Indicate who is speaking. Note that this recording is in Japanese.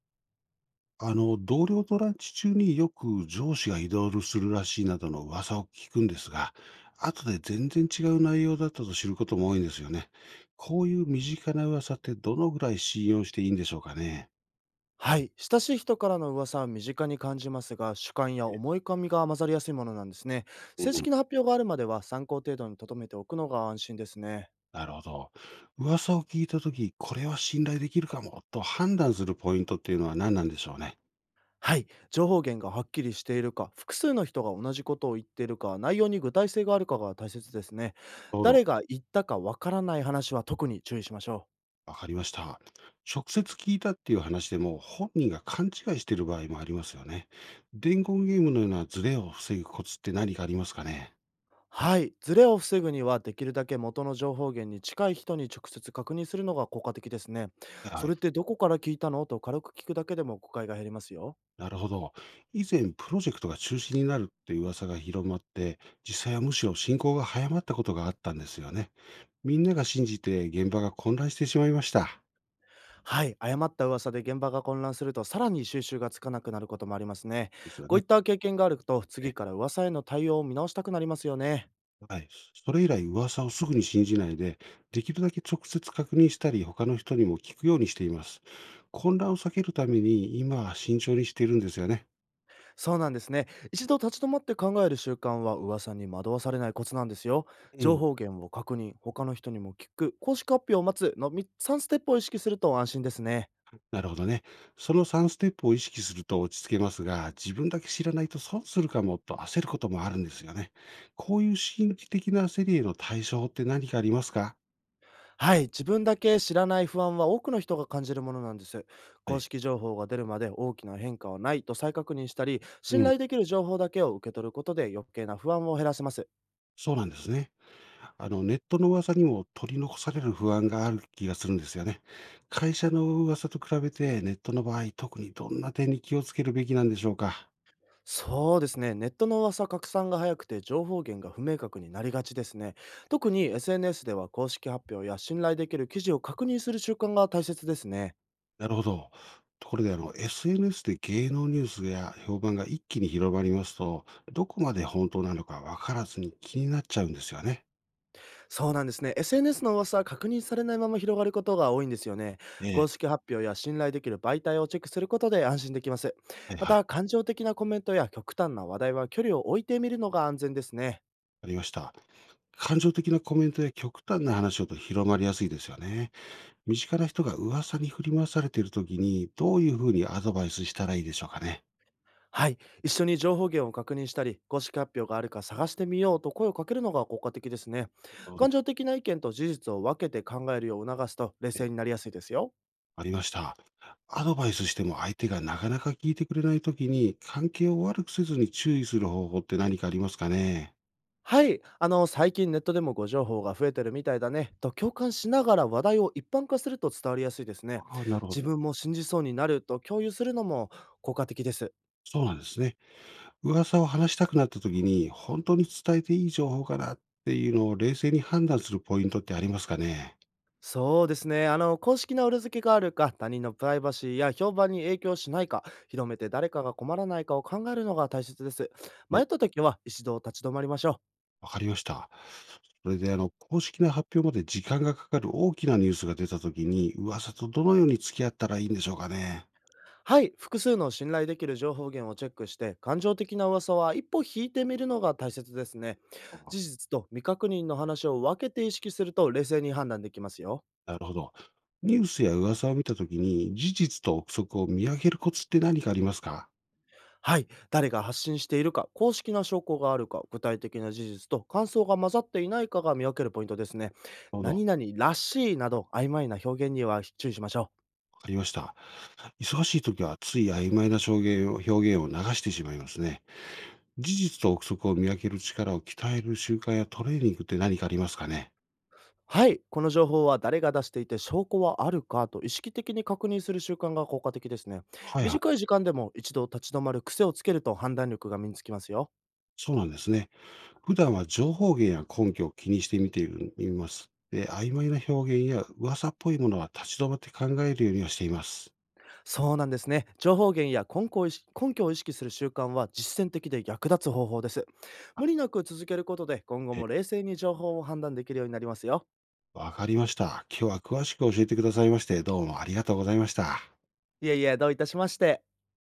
Speaker 1: 同僚とランチ中によく上司が移動するらしいなどの噂を聞くんですが、後で全然違う内容だったと知ることも多いんですよね。こういう身近な噂ってどのぐらい信用していいんでしょうかね。
Speaker 2: はい。親しい人からの噂は身近に感じますが、主観や思い込みが混ざりやすいものなんですね。
Speaker 1: う
Speaker 2: 正
Speaker 1: ん、
Speaker 2: 式な発表があるまでは参考程度に留めておくのが安心ですね。
Speaker 1: なるほど。噂を聞いたとき、これは信頼できるかもと判断するポイントっていうのは何なんでしょうね。
Speaker 2: はい。情報源がはっきりしているか、複数の人が同じことを言っているか、内容に具体性があるかが大切ですね。
Speaker 1: なるほど。
Speaker 2: 誰が言ったかわからない話は特に注意しましょう。
Speaker 1: わかりました。直接聞いたっていう話でも本人が勘違いしている場合もありますよね。伝言ゲームのようなズレを防ぐコツって何かありますかね。
Speaker 2: はい。ズレを防ぐには、できるだけ元の情報源に近い人に直接確認するのが効果的ですね。
Speaker 1: は
Speaker 2: そ
Speaker 1: い。
Speaker 2: れってどこから聞いたのと軽く聞くだけでも誤解が減りますよ。
Speaker 1: なるほど。以前、プロジェクトが中止になるっていう噂が広まって、実際はむしろ進行が早まったことがあったんですよね。みんなが信じて現場が混乱してしまいました。
Speaker 2: はい、誤った噂で現場が混乱すると、さらに収集がつかなくなることもありますね。
Speaker 1: ですよ
Speaker 2: こう
Speaker 1: ね。
Speaker 2: いった経験があると、次から噂への対応を見直したくなりますよね。
Speaker 1: はい。それ以来、噂をすぐに信じないで、できるだけ直接確認したり、他の人にも聞くようにしています。混乱を避けるために、今は慎重にしているんですよね。
Speaker 2: そうなんですね。一度立ち止まって考える習慣は、噂に惑わされないコツなんですよ。
Speaker 1: う
Speaker 2: 情
Speaker 1: ん。
Speaker 2: 報源を確認、他の人にも聞く、公式発表を待つの3ステップを意識すると安心ですね。
Speaker 1: なるほどね。その3ステップを意識すると落ち着けますが、自分だけ知らないと損するかもと焦ることもあるんですよね。こういう心理的な焦りへの対処法って何かありますか。
Speaker 2: はい、自分だけ知らない不安は多くの人が感じるものなんです。
Speaker 1: は
Speaker 2: 公
Speaker 1: い。
Speaker 2: 式情報が出るまで大きな変化はないと再確認したり、
Speaker 1: う
Speaker 2: 信
Speaker 1: ん。
Speaker 2: 頼できる情報だけを受け取ることで余計な不安を減らせます。
Speaker 1: そうなんですね。ネットの噂にも取り残される不安がある気がするんですよね。会社の噂と比べて、ネットの場合、特にどんな点に気をつけるべきなんでしょうか。
Speaker 2: そうですね、ネットの噂拡散が早くて情報源が不明確になりがちですね。特に SNS では公式発表や信頼できる記事を確認する習慣が大切ですね。
Speaker 1: なるほど。ところで、SNS で芸能ニュースや評判が一気に広まりますと、どこまで本当なのかわからずに気になっちゃうんですよね。
Speaker 2: そうなんですね。SNS の噂は確認されないまま広がることが多いんですよね。
Speaker 1: え
Speaker 2: 公
Speaker 1: え。
Speaker 2: 式発表や信頼できる媒体をチェックすることで安心できます。
Speaker 1: はい
Speaker 2: ま
Speaker 1: はい。
Speaker 2: た、感情的なコメントや極端な話題は距離を置いてみるのが安全ですね。
Speaker 1: ありました。感情的なコメントや極端な話をと広まりやすいですよね。身近な人が噂に振り回されているときに、どういうふうにアドバイスしたらいいでしょうかね。
Speaker 2: はい。一緒に情報源を確認したり、公式発表があるか探してみようと声をかけるのが効果的ですね。
Speaker 1: なるほ
Speaker 2: 感
Speaker 1: ど。
Speaker 2: 情的な意見と事実を分けて考えるよう促すと冷
Speaker 1: え、
Speaker 2: 静になりやすいですよ。
Speaker 1: ありました。アドバイスしても相手がなかなか聞いてくれないときに、関係を悪くせずに注意する方法って何かありますかね？
Speaker 2: はい、最近ネットでもご情報が増えてるみたいだね、と共感しながら話題を一般化すると伝わりやすいですね。
Speaker 1: ああ、なるほど。
Speaker 2: 自分も信じそうになると共有するのも効果的です。
Speaker 1: そうなんですね。噂を話したくなったときに、本当に伝えていい情報かなっていうのを冷静に判断するポイントってありますかね？
Speaker 2: そうですね、公式な裏付けがあるか、他人のプライバシーや評判に影響しないか、広めて誰かが困らないかを考えるのが大切です。
Speaker 1: は
Speaker 2: 迷
Speaker 1: い、
Speaker 2: った時は一度立ち止まりましょう。
Speaker 1: わかりました。それで公式な発表まで時間がかかる大きなニュースが出たときに、噂とどのように付き合ったらいいんでしょうかね？
Speaker 2: はい、複数の信頼できる情報源をチェックして、感情的な噂は一歩引いてみるのが大切ですね。事実と未確認の話を分けて意識すると冷静に判断できますよ。
Speaker 1: なるほど。ニュースや噂を見たときに、事実と憶測を見上げるコツって何かありますか。
Speaker 2: はい、誰が発信しているか、公式な証拠があるか、具体的な事実と感想が混ざっていないかが見分けるポイントですね。
Speaker 1: なるほど。
Speaker 2: 何々らしいなど曖昧な表現には注意しましょう。
Speaker 1: わかりました。忙しいときは、つい曖昧な証言を表現を流してしまいますね。事実と憶測を見分ける力を鍛える習慣やトレーニングって何かありますかね。
Speaker 2: はい、この情報は誰が出していて証拠はあるかと意識的に確認する習慣が効果的ですね。
Speaker 1: はいはい。
Speaker 2: 短い時間でも一度立ち止まる癖をつけると判断力が身につきますよ。
Speaker 1: そうなんですね。普段は情報源や根拠を気にして見ています。で、曖昧な表現や噂っぽいものは立ち止まって考えるようにはしています。
Speaker 2: そうなんですね。情報源や根拠を意識する習慣は実践的で役立つ方法です。無理なく続けることで今後も冷静に情報を判断できるようになりますよ。
Speaker 1: わかりました。今日は詳しく教えてくださいまして、どうもありがとうございました。
Speaker 2: いえいえ、どういたしまして。